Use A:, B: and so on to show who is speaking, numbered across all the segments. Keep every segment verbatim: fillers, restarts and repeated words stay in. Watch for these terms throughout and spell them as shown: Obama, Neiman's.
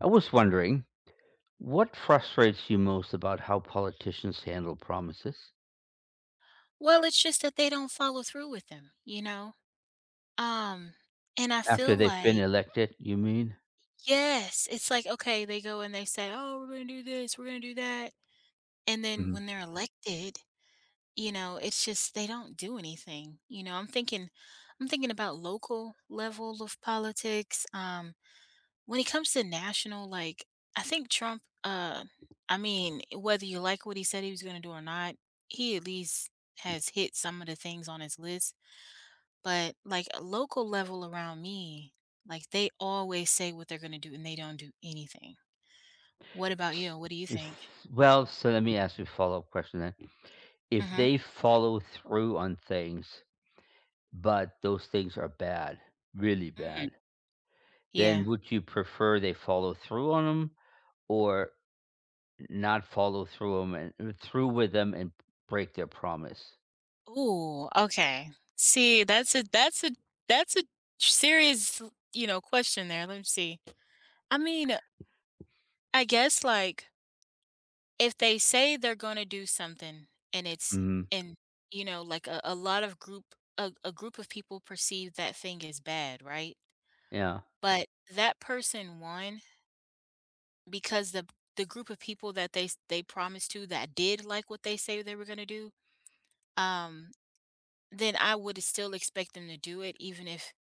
A: I was wondering, what frustrates you most about how politicians handle promises?
B: Well, it's just that they don't follow through with them, you know? Um, and I
A: After
B: feel
A: they've been
B: like,
A: elected, you mean?
B: yes, it's like, okay, they go and they say, "Oh, we're gonna do this, we're gonna do that." And then
A: Mhm.
B: when they're elected, you know, it's just they don't do anything. You know, I'm thinking I'm thinking about local level of politics. Um, when it comes to national, like I think Trump, uh, I mean, whether you like what he said he was gonna do or not, he at least has hit some of the things on his list. But, like, a local level around me, like, they always say what they're gonna do, and they don't do anything. What about you? What do you think?
A: S- Well, so let me ask you a follow-up question then. If
B: Mhm.
A: they follow through on things, but those things are bad, really
B: Mm.
A: bad, then
B: Yeah.
A: would you prefer they follow through on them or not follow through 'em and through with them and break their promise?
B: Ooh, okay. See, that's a that's a that's a serious, you know, question there. Let me see. I mean, I guess, like, if they say they're gonna do something and it's
A: Mhm.
B: and, you know, like, a a lot of group a a group of people perceive that thing as bad, right?
A: Yeah.
B: But that person one. Because the the group of people that they s they promised to that did like what they say they were gonna do, um, then I would still expect them to do it even if,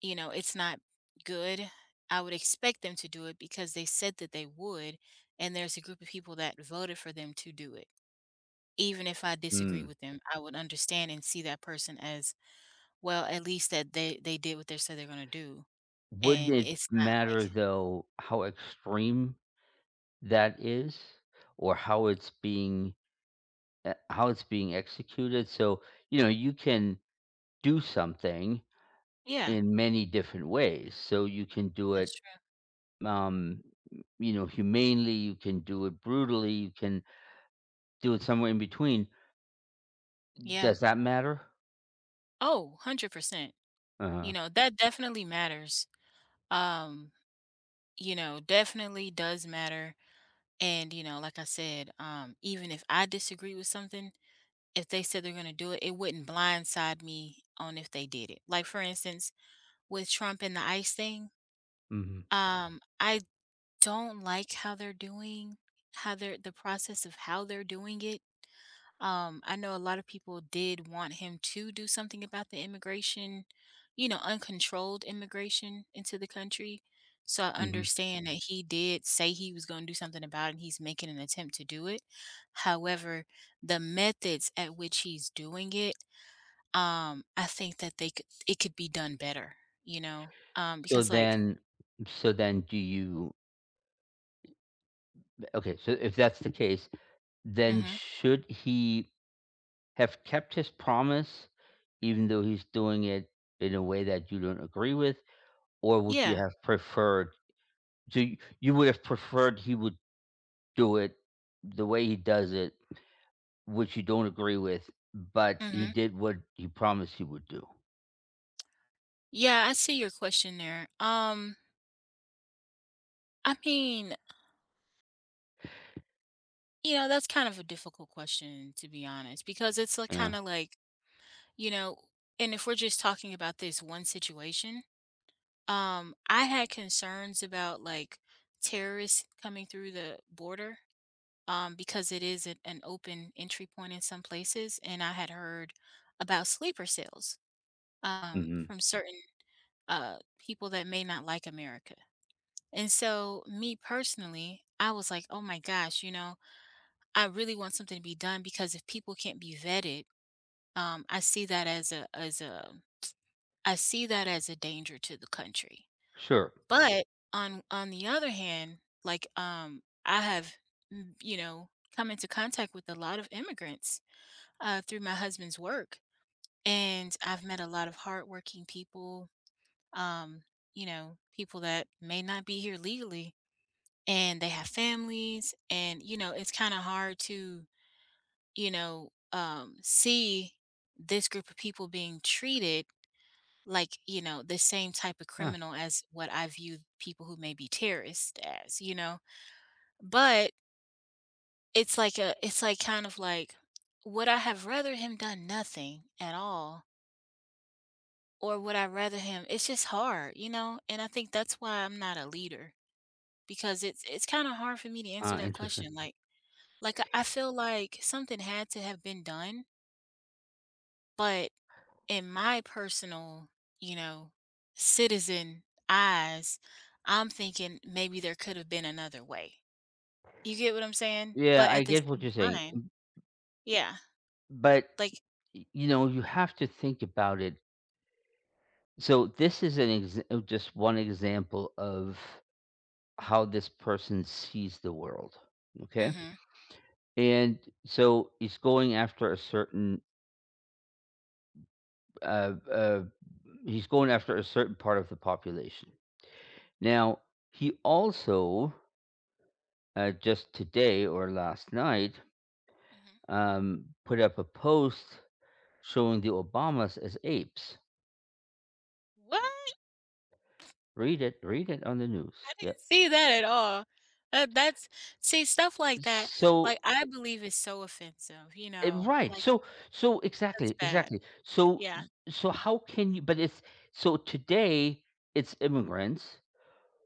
B: you know, it's not good. I would expect them to do it because they said that they would, and there's a group of people that voted for them to do it. Even if I disagree
A: Mm.
B: with them, I would understand and see that person as, well, at least that they they did what they said they're gonna do,
A: Wouldn't
B: and
A: it
B: it's not like.
A: matter, though, how extreme that is or how it's being eh, how it's being executed? So, you know, you can do something
B: Yeah,
A: in many different ways. So you can do it,
B: that's true.
A: um, you know, humanely, you can do it brutally, you can do it somewhere in between.
B: Yeah.
A: Does that matter?
B: Oh, one hundred percent. You
A: Uh-huh.
B: know, that definitely matters. Um, you know, definitely does matter. And, you know, like I said, um, even if I disagree with something, if they said they're going to do it, it wouldn't blindside me on if they did it. Like, for instance, with Trump and the ICE thing,
A: Mhm.
B: um, I don't like how they're doing, how they're the process of how they're doing it. Um, I know a lot of people did want him to do something about the immigration, you know, uncontrolled immigration into the country. So I
A: Mhm.
B: understand that he did say he was going to do something about it, and he's making an attempt to do it. However, the methods at which he's doing it, um, I think that they could it could be done better. you know, um,
A: So
B: because like,
A: then so then do you okay, so if that's the case, then
B: hmm.
A: should he have kept his promise, even though he's doing it in a way that you don't agree with, or would you
B: Yeah.
A: have preferred so you you would have preferred he would do it the way he does it, which you don't agree with, but he
B: Hmm.
A: did what he promised he would do.
B: Yeah, I see your question there. Um, I mean, You know, that's kind of a difficult question, to be honest, because it's like
A: Yeah.
B: kind of like, you know, and if we're just talking about this one situation, um, I had concerns about like terrorists coming through the border, um, because it is an, an open entry point in some places, and I had heard about sleeper cells, um,
A: Mhm.
B: from certain uh people that may not like America. And so, me personally, I was like, oh my gosh, you know, I really want something to be done because if people can't be vetted, um, I see that as a as a I see that as a danger to the country.
A: Sure.
B: But on on the other hand, like um, I have, mm, you know, come into contact with a lot of immigrants, uh, through my husband's work, and I've met a lot of hardworking people. Um, you know, people that may not be here legally, and they have families, and you know, it's kind of hard to you know, um, see this group of people being treated like, you know, the same type of
A: Yeah.
B: criminal as what I view people who may be terrorists as, you know. But it's like a, it's like kind of like, would I have rather him done nothing at all? Or would I rather him? It's just hard, you know? And I think that's why I'm not a leader because it's, it's kind of hard for me to answer
A: Uh,
B: that
A: interesting.
B: question. Like, like I I feel like something had to have been done, but in my personal, you know, citizen eyes, I'm thinking maybe there could have been another way. You get what I'm saying?
A: Yeah,
B: But
A: I
B: at the
A: get what
B: same
A: you're saying,
B: time, yeah,
A: but
B: like,
A: y- you know, you have to think about it. So this is an ex- just one example of how this person sees the world. Okay.
B: hmm
A: And so he's going after a certain, uh, uh, he's going after a certain part of the population. Now, he also, uh, just today or last night,
B: hmm
A: um, put up a post showing the Obamas as apes.
B: what?
A: Read it, read it on the
B: I
A: news. Yeah.
B: didn't see that at all. That, that's see stuff like that.
A: So
B: Like I believe is so offensive. You
A: Eh,
B: know,
A: right.
B: like
A: So so
B: that's
A: exactly,
B: bad.
A: exactly. So
B: Yeah.
A: so how can you but it's so today it's immigrants.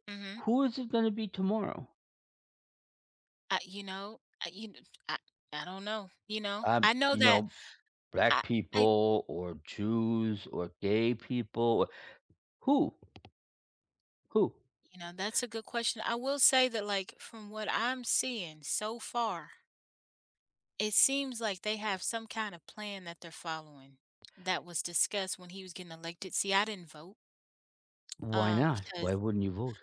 B: Mm-hmm.
A: Who is it going to be tomorrow?
B: I, you know, I, you, kn- I, I don't know. You know,
A: Um,
B: I know
A: you
B: that
A: know,
B: I
A: black
B: I
A: people or Jews or gay people or who? Who?
B: you know, that's a good question. I will say that, like, from what I'm seeing so far, it seems like they have some kind of plan that they're following that was discussed when he was getting elected. See, I didn't vote,
A: Why
B: um,
A: not? Why
B: because,
A: wouldn't you vote?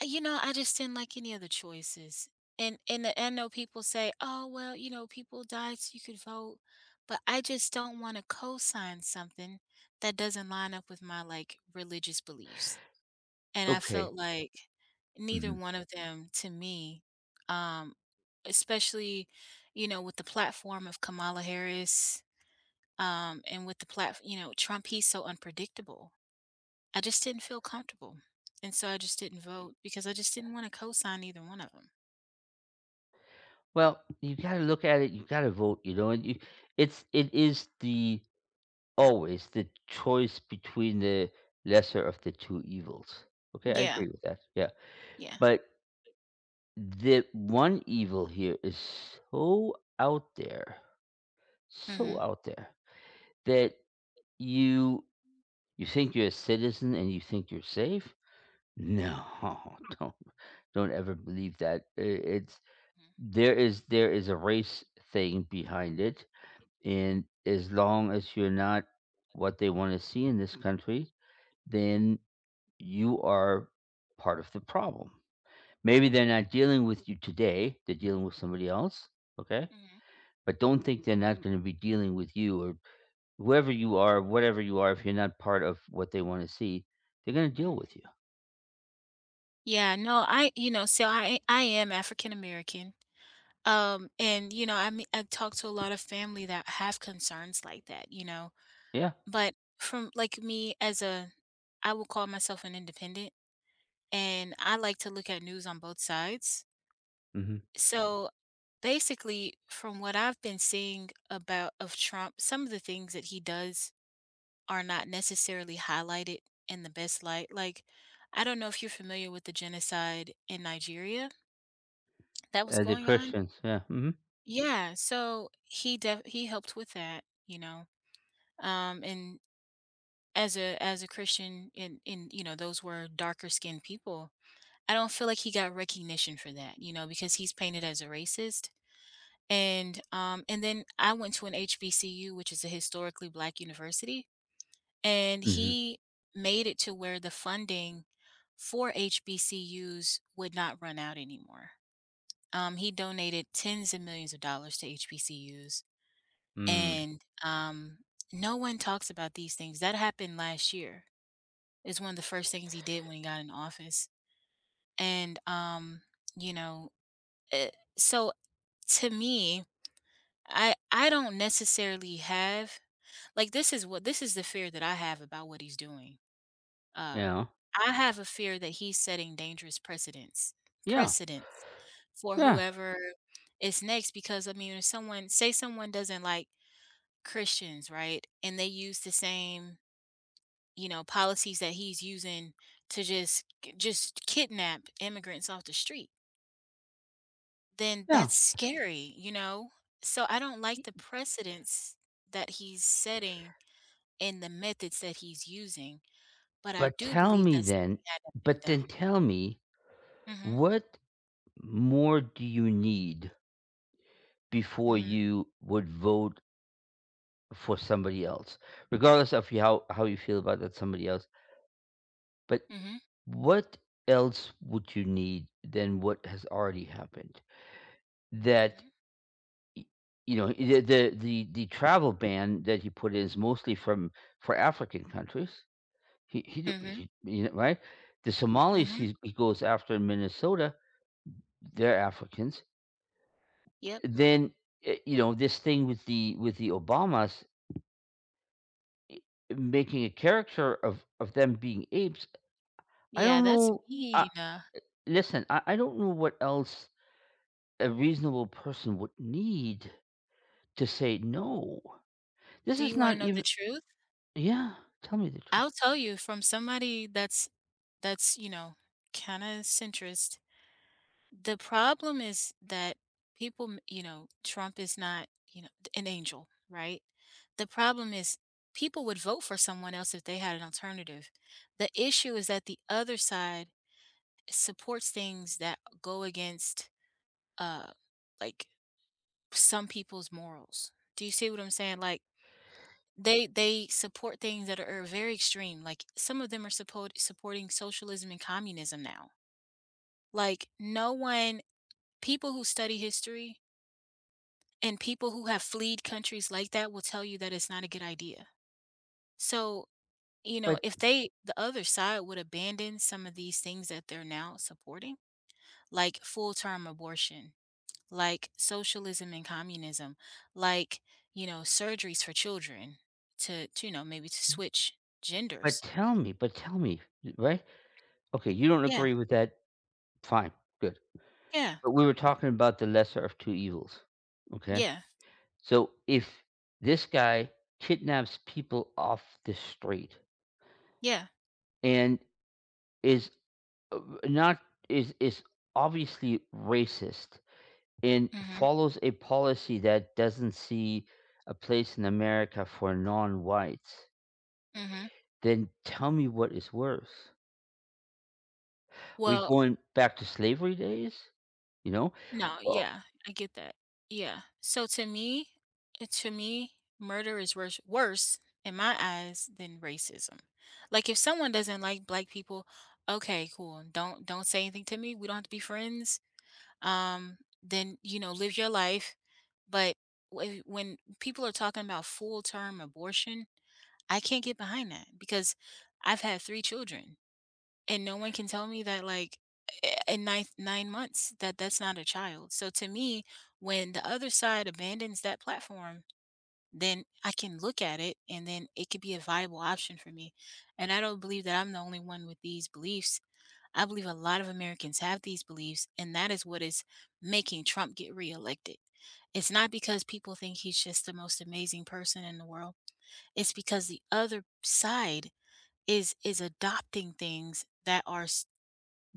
B: I you know, I just didn't like any of the choices. And and I know people say, "Oh, well, you know, people died so you could vote." But I just don't wanna co-sign something that doesn't line up with my, like, religious beliefs. And I
A: Okay.
B: felt like neither
A: Mhm.
B: one of them to me, um, especially, you know, with the platform of Kamala Harris, um, and with the platform, you know, Trump, he's so unpredictable. I just didn't feel comfortable. And so I just didn't vote because I just didn't want to co-sign either one of them.
A: Well, you got to look at it. You got to vote, you know, and you it's it is the always the choice between the lesser of the two evils. Okay, I
B: Yeah.
A: agree with that. Yeah.
B: Yeah.
A: But the one evil here is so out there, so
B: Mm-hmm.
A: out there that you you think you're a citizen and you think you're safe. No, don't don't ever believe that. I- It's there is there is a race thing behind it, and as long as you're not what they want to see in this country, then you are part of the problem. Maybe they're not dealing with you today; they're dealing with somebody else. Okay.
B: Mm-hmm.
A: But don't think they're not gonna be dealing with you or whoever you are, whatever you are, if you're not part of what they wanna see, they're gonna deal
B: Hmm.
A: with you.
B: Yeah, no, I, you know, so I I am African American. Um, and you know, I mean, I talk to a lot of family that have concerns like that, you know,
A: Yeah.
B: But from like me as a I will call myself an independent and I like to look at news on both sides.
A: Mhm.
B: So basically from what I've been seeing about of Trump, some of the things that he does are not necessarily highlighted in the best light. Like I don't know if you're familiar with the genocide in Nigeria that was
A: As a
B: going on.
A: Christians, yeah, mhm.
B: Yeah, so he def- he helped with that, you know. Um and as a as a Christian in in you know those were darker skinned people. I don't feel like he got recognition for that, you know, because he's painted as a racist. And um and then I went to an H B C U, which is a historically black university, and
A: Mhm.
B: he made it to where the funding for H B C Us would not run out anymore. Um, he donated tens of millions of dollars to H B C Us,
A: Mm,
B: and um, no one talks about these things. That happened last year is one of the first things he did when he got in office. And um, you know, eh, so to me, I I don't necessarily have like this is what this is the fear that I have about what he's doing. Uh
A: yeah.
B: I have a fear that he's setting dangerous precedents
A: Yeah,
B: precedents for
A: yeah,
B: whoever is next because I mean if someone say someone doesn't like Christians, right? And they use the same you know, policies that he's using to just just kidnap immigrants off the street, then
A: yeah.
B: that's scary, you know? So, I don't like
A: Y
B: the precedents that he's setting and the methods that he's using, but I
A: but
B: do
A: tell
B: believe
A: me
B: that's
A: then
B: something that have been
A: but then
B: done.
A: tell me,
B: Mhm.
A: what more do you need before
B: Mhm.
A: you would vote for somebody else? Regardless of you how how you feel about that somebody else, but
B: Mhm.
A: what else would you need than what has already happened? That
B: Mhm.
A: y- you know the the the, the travel ban that he put in is mostly from for African countries. He he, d-
B: Mhm.
A: he you know, right. The Somalis
B: Mhm.
A: he, he goes after in Minnesota, they're Africans.
B: Yep.
A: Then eh, you know this thing with the with the Obamas eh, making a caricature of of them being apes. I
B: Yeah,
A: don't
B: that's
A: know. I,
B: mean, uh,
A: listen, I, I don't know what else a reasonable person would need to say no. This
B: do
A: is
B: you wanna
A: not
B: know the
A: even
B: truth?
A: yeah, tell me the
B: I'll
A: truth.
B: tell you from somebody that's that's, you know, kinda centrist. The problem is that people, m- you know, Trump is not, you know, an angel, right? The problem is people would vote for someone else if they had an alternative. The issue is that the other side supports things that go against, uh, like some people's morals. Do you see what I'm saying? Like they they support things that are very extreme. Like some of them are support supporting socialism and communism now. Like no one, people who study history And people who have fled countries like that will tell you that it's not a good idea. So, you know,
A: But
B: if they the other side would abandon some of these things that they're now supporting, like full-term abortion, like socialism and communism, like, you know, surgeries for children to, to you know, maybe to switch
A: but
B: genders.
A: tell me, but tell me, right? Okay, you don't
B: Yeah.
A: agree with that, fine, good.
B: Yeah.
A: But we were talking about the lesser of two evils, okay?
B: Yeah.
A: So if this guy kidnaps people off the street
B: Yeah.
A: and is uh, not is is obviously racist and
B: Mhm.
A: follows a policy that doesn't see a place in America for non-whites,
B: Mhm.
A: then tell me what is worse. We
B: Well,
A: going back to slavery days, you know?
B: No,
A: Uh,
B: yeah, I get that. Yeah. So to me, it to me, murder is worse worse in my eyes than racism. Like if someone doesn't like black people, okay, cool. Don't don't say anything to me. We don't have to be friends. Um, then you know, live your life. But wh- when people are talking about full term abortion, I can't get behind that because I've had three children. And no one can tell me that like eh, in nine nine months that that's not a child. So to me, when the other side abandons that platform, then I can look at it and then it could be a viable option for me. And I don't believe that I'm the only one with these beliefs. I believe a lot of Americans have these beliefs, and that is what is making Trump get reelected. It's not because people think he's just the most amazing person in the world it's because the other side is is adopting things that are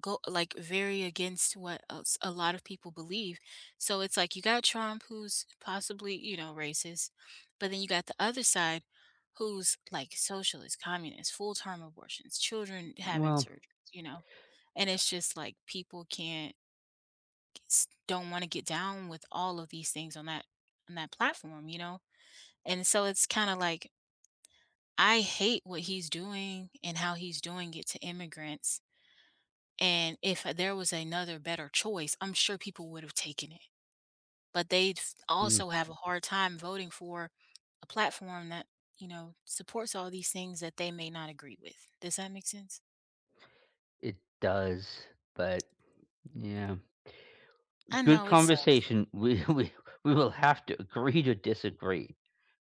B: go like very against what else a lot of people believe. So it's like you got Trump who's possibly, you know, racist, but then you got the other side who's like socialist, communist, full-term abortions, children having
A: well,
B: surgeries, you know. And it's just like people can't s- don't want to get down with all of these things on that on that platform, you know. And so it's kind of like I hate what he's doing and how he's doing it to immigrants and if there was another better choice, I'm sure people would have taken it. But they
A: hmm,
B: also have a hard time voting for a platform that, you know, supports all these things that they may not agree with. Does that make sense?
A: it does, but yeah,
B: I
A: good
B: know it sucks.
A: conversation. We we we will have to agree to disagree.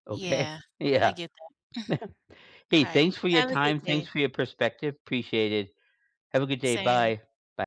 A: Okay.
B: Yeah, I
A: Yeah.
B: get that.
A: Hey,
B: All right.
A: thanks for your
B: Have a good
A: time.
B: day.
A: Thanks for your perspective. Appreciate it. Have a good day.
B: Same.
A: Bye. Bye.